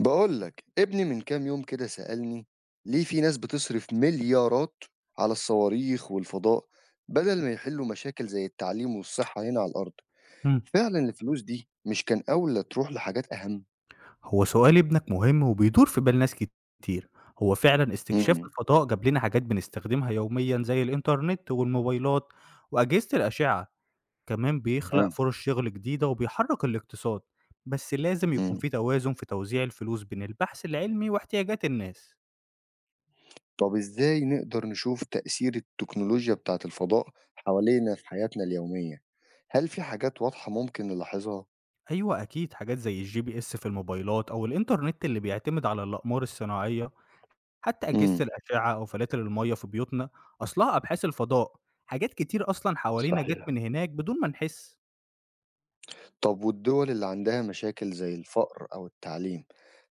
بقول لك ابني من كام يوم كده سألني ليه في ناس بتصرف مليارات على الصواريخ والفضاء بدل ما يحلوا مشاكل زي التعليم والصحة هنا على الأرض. إمم. فعلا الفلوس دي مش كان أولى تروح لحاجات أهم. هو سؤال ابنك مهم وبيدور في بال ناس كتير، هو فعلًا استكشاف مم. الفضاء جاب لنا حاجات بنستخدمها يوميًا زي الإنترنت والموبايلات وأجهزة الأشعة، كمان بيخلق تمام. فرص شغل جديدة وبيحرك الاقتصاد، بس لازم يكون مم. في توازن في توزيع الفلوس بين البحث العلمي واحتياجات الناس. طب إزاي نقدر نشوف تأثير التكنولوجيا بتاعت الفضاء حوالينا في حياتنا اليومية، هل في حاجات واضحة ممكن نلاحظها؟ أيوه أكيد، حاجات زي الGPS في الموبايلات أو الإنترنت اللي بيعتمد على الأقمار الصناعية، حتى مم. أجهزة الأشعة أو فلاتر المَيّة في بيوتنا أصلها أبحاث الفضاء، حاجات كتير أصلًا حوالينا جات صحيح. من هناك بدون ما نحس. طب والدول اللي عندها مشاكل زي الفقر أو التعليم،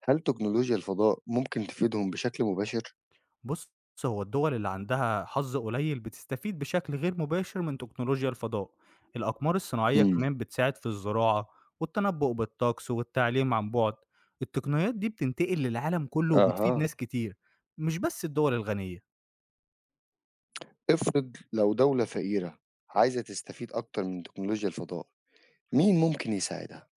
هل تكنولوجيا الفضاء ممكن تفيدهم بشكل مباشر؟ بُص، هو الدول اللي عندها حظ قليل بتستفيد بشكل غير مباشر من تكنولوجيا الفضاء. الأقمار الصناعية امم. كمان بتساعد في الزراعة والتنبؤ بالطقس والتعليم عن بُعد. التقنيات دي بتنتقل للعالم كله وبتفيد أها. ناس كتير، مش بس الدول الغنية. افرض لو دولة فقيرة عايزة تستفيد أكتر من تكنولوجيا الفضاء، مين ممكن يساعدها؟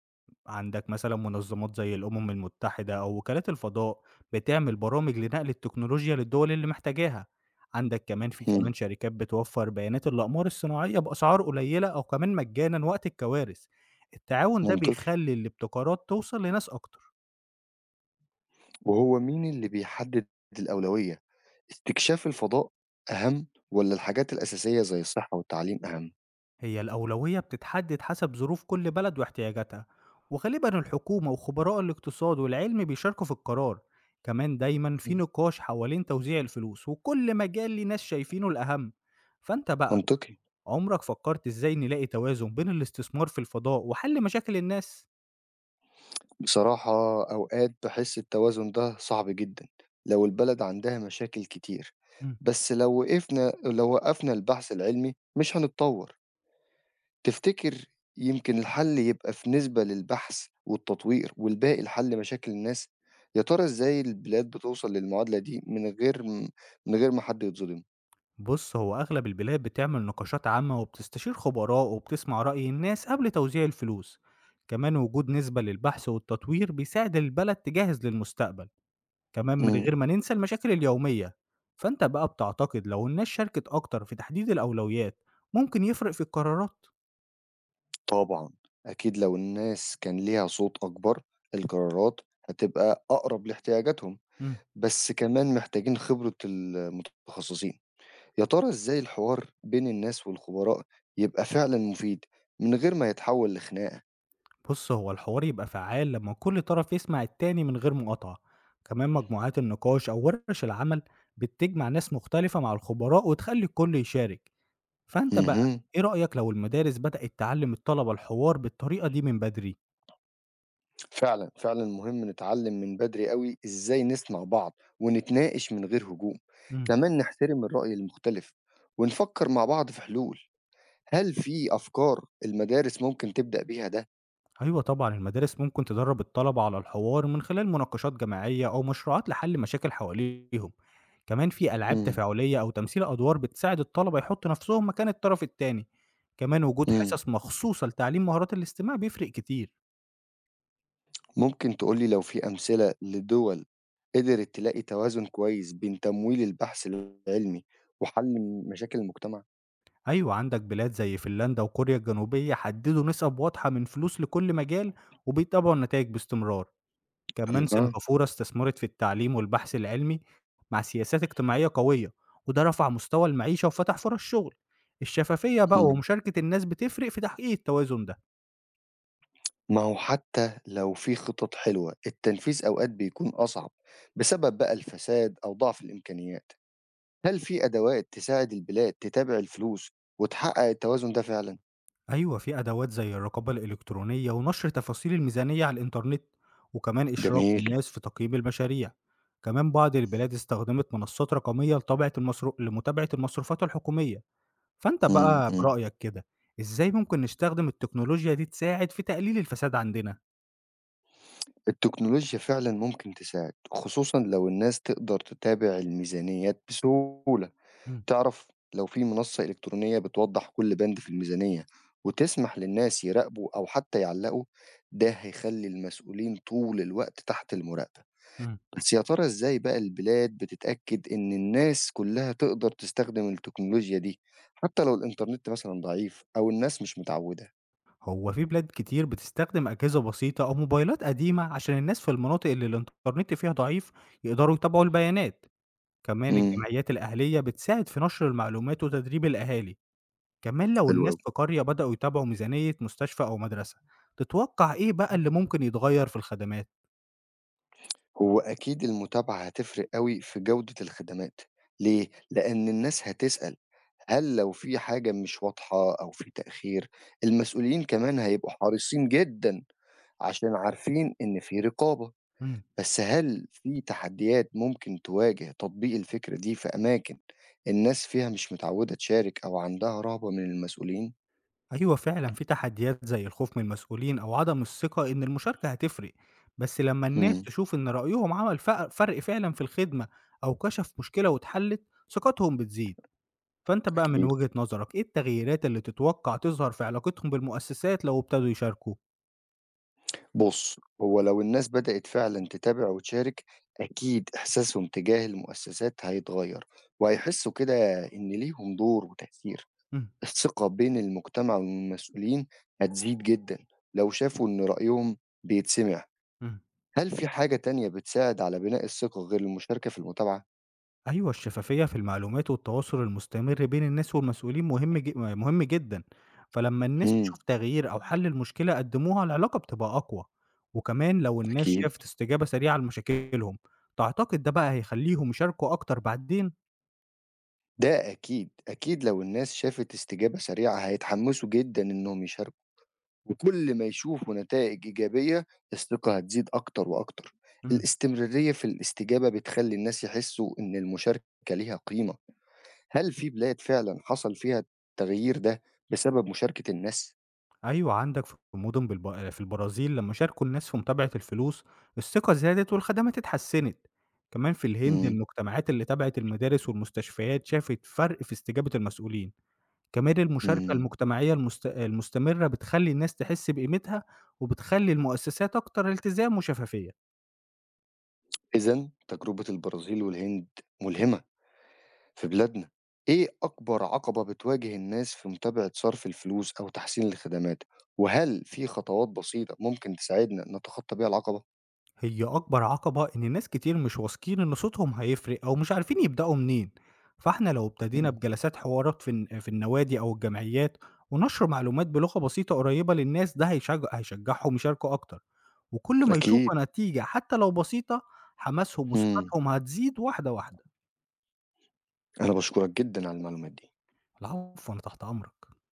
عندك مثلا منظمات زي الأمم المتحدة أو وكالات الفضاء بتعمل برامج لنقل التكنولوجيا للدول اللي محتاجاها. عندك كمان في امم. كمان شركات بتوفر بيانات الأقمار الصناعية بأسعار قليلة أو كمان مجانا وقت الكوارث. التعاون ده منطقي. بيخلي الابتكارات توصل لناس أكتر. وهو مين اللي بيحدد الأولوية؟ استكشاف الفضاء أهم ولا الحاجات الأساسية زي الصحة والتعليم أهم؟ هي الأولوية بتتحدد حسب ظروف كل بلد واحتياجاتها، وغالبا الحكومة وخبراء الاقتصاد والعلم بيشاركوا في القرار. كمان دايما في مم، نقاش حوالين توزيع الفلوس، وكل مجال ليه ناس شايفينه الأهم. فأنت بقى، منطقي. عمرك فكرت إزاي نلاقي توازن بين الاستثمار في الفضاء وحل مشاكل الناس؟ بصراحة أوقات بحس التوازن ده صعب جدا لو البلد عندها مشاكل كتير، مم. بس لو وقفنا البحث العلمي مش هنتطور. تفتكر يمكن الحل يبقى في نسبة للبحث والتطوير والباقي الحل مشاكل الناس. يا ترى إزاي البلاد بتوصل للمعادلة دي من غير من غير ما حد يتظلم. بص، هو أغلب البلاد بتعمل نقاشات عامة وبتستشير خبراء وبتسمع رأي الناس قبل توزيع الفلوس. كمان وجود نسبة للبحث والتطوير بيساعد البلد تجهز للمستقبل، كمان من مم، غير ما ننسى المشاكل اليومية. فأنت بقى، بتعتقد لو الناس شاركت أكتر في تحديد الأولويات ممكن يفرق في القرارات؟ طبعا. أكيد لو الناس كان ليها صوت أكبر، القرارات هتبقى أقرب لاحتياجاتهم. مم. بس كمان محتاجين خبرة المتخصصين. يا ترى إزاي الحوار بين الناس والخبراء يبقى فعلًا مفيد من غير ما يتحول لخناقة؟ بص، هو الحوار يبقى فعال لما كل طرف يسمع التاني من غير مقاطعة. كمان مجموعات النقاش أو ورش العمل بتجمع ناس مختلفة مع الخبراء وتخلي الكل يشارك. فأنت بقى، اهم. إيه رأيك لو المدارس بدأت تعلم الطلبة الحوار بالطريقة دي من بدري؟ فعلًا، فعلًا مهم نتعلم من بدري أوي إزاي نسمع بعض ونتناقش من غير هجوم. مم. كمان نحترم الرأي المختلف ونفكر مع بعض في حلول. هل في أفكار المدارس ممكن تبدأ بيها ده؟ أيوه طبعًا، المدارس ممكن تدرّب الطلبة على الحوار من خلال مناقشات جماعية أو مشروعات لحل مشاكل حواليهم، كمان في ألعاب إمم، تفاعلية أو تمثيل أدوار بتساعد الطلبة يحطّوا نفسهم مكان الطرف التاني، كمان وجود إمم. حصص مخصوصة لتعليم مهارات الاستماع بيفرق كتير. ممكن تقولي لو في أمثلة لدول قدرت تلاقي توازن كويس بين تمويل البحث العلمي وحل مشاكل المجتمع؟ أيوه، عندك بلاد زي فنلندا وكوريا الجنوبية حدّدوا نسب واضحة من فلوس لكل مجال وبيتابعوا النتايج باستمرار. كمان أها. سنغافورة استثمرت في التعليم والبحث العلمي مع سياسات اجتماعية قوية، وده رفع مستوى المعيشة وفتح فرص شغل. الشفافية بقى مم. ومشاركة الناس بتفرق في تحقيق التوازن ده. ما هو حتى لو في خطط حلوة التنفيذ أوقات بيكون أصعب بسبب بقى الفساد أو ضعف الإمكانيات. هل في أدوات تساعد البلاد تتابع الفلوس وتحقق التوازن ده فعلا؟ أيوة، في أدوات زي الرقابة الإلكترونية ونشر تفاصيل الميزانية على الإنترنت، وكمان إشراك جميل. الناس في تقييم المشاريع. كمان بعض البلاد استخدمت منصات رقمية لمتابعة المصروفات الحكومية. فأنت مم، بقى مم. برأيك كده، إزاي ممكن نستخدم التكنولوجيا دي تساعد في تقليل الفساد عندنا؟ التكنولوجيا فعلا ممكن تساعد خصوصا لو الناس تقدر تتابع الميزانيات بسهولة. مم. تعرف لو في منصة إلكترونية بتوضح كل بند في الميزانية وتسمح للناس يراقبوا أو حتى يعلقوا، ده هيخلي المسؤولين طول الوقت تحت المراقبة. مم. بس يا ترى إزاي بقى البلاد بتتأكد إن الناس كلها تقدر تستخدم التكنولوجيا دي حتى لو الإنترنت مثلا ضعيف أو الناس مش متعودة. هو في بلاد كتير بتستخدم أجهزة بسيطة أو موبايلات قديمة عشان الناس في المناطق اللي الإنترنت فيها ضعيف يقدروا يتابعوا البيانات، كمان امم. الجمعيات الأهلية بتساعد في نشر المعلومات وتدريب الأهالي. كمان لو حلو الناس أوي. في قرية بدأوا يتابعوا ميزانية مستشفى أو مدرسة، تتوقع إيه بقى اللي ممكن يتغير في الخدمات؟ هو أكيد المتابعة هتفرق أوي في جودة الخدمات. ليه؟ لأن الناس هتسأل هل لو في حاجة مش واضحة أو في تأخير، المسؤولين كمان هيبقوا حريصين جدًا عشان عارفين إن في رقابة. مم. بس هل في تحديات ممكن تواجه تطبيق الفكرة دي في أماكن الناس فيها مش متعودة تشارك أو عندها رهبة من المسؤولين؟ أيوة فعلا، في تحديات زي الخوف من المسؤولين أو عدم الثقة إن المشاركة هتفرق، بس لما الناس امم، تشوف إن رأيهم عمل فرق فعلا في الخدمة، أو كشف مشكلة واتحلت، ثقتهم بتزيد. فأنت بقى، من أكيد. وجهة نظرك إيه التغييرات اللي تتوقع تظهر في علاقتهم بالمؤسسات لو ابتدوا يشاركوا؟ بُص، هو لو الناس بدأت فعلًا تتابع وتشارك، أكيد إحساسهم تجاه المؤسسات هيتغير، وهيحسوا كده إن ليهم دور وتأثير. مم. الثقة بين المجتمع والمسؤولين هتزيد جدًا لو شافوا إن رأيهم بيتسمع. مم. هل في حاجة تانية بتساعد على بناء الثقة غير المشاركة في المتابعة؟ أيوه، الشفافية في المعلومات والتواصل المستمر بين الناس والمسؤولين مهم جدًا، فلما الناس امم، تشوف تغيير أو حل المشكلة قدّموها العلاقة بتبقى أقوى، وكمان لو الناس أكيد. شافت استجابة سريعة لمشاكلهم، تعتقد ده بقى هيخلّيهم يشاركوا أكتر بعدين؟ ده أكيد، أكيد لو الناس شافت استجابة سريعة هيتحمسوا جدًا إنهم يشاركوا، وكل ما يشوفوا نتائج إيجابية الثقة هتزيد أكتر وأكتر. إمم، الاستمرارية في الاستجابة بتخلي الناس يحسوا إن المشاركة ليها قيمة. هل في بلاد فعلًا حصل فيها التغيير ده بسبب مشاركة الناس؟ أيوه عندك في مدن في البرازيل لما شاركوا الناس في متابعة الفلوس، الثقة زادت والخدمات اتحسنت، كمان في الهند إمم، المجتمعات اللي تابعت المدارس والمستشفيات شافت فرق في استجابة المسؤولين. كمان المشاركة إمم. المجتمعية المستمرة بتخلّي الناس تحس بقيمتها، وبتخلّي المؤسسات أكتر التزام وشفافية. إذًا تجربة البرازيل والهند ملهمة في بلادنا. إيه أكبر عقبة بتواجه الناس في متابعة صرف الفلوس أو تحسين الخدمات؟ وهل في خطوات بسيطة ممكن تساعدنا نتخطى بيها العقبة؟ هي أكبر عقبة إن ناس كتير مش واثقين إن صوتهم هيفرق أو مش عارفين يبدأوا منين، فإحنا لو ابتدينا إمم، بجلسات حوارات في النوادي أو الجمعيات، ونشر معلومات بلغة بسيطة قريبة للناس، ده هيشجعهم يشاركوا أكتر، وكل ما أكيد. يشوفوا نتيجة حتى لو بسيطة، حماسهم إمم، وثقتهم هتزيد واحدة واحدة. أنا باشكرك جدًا على المعلومات دي. العفو، أنا تحت أمرك.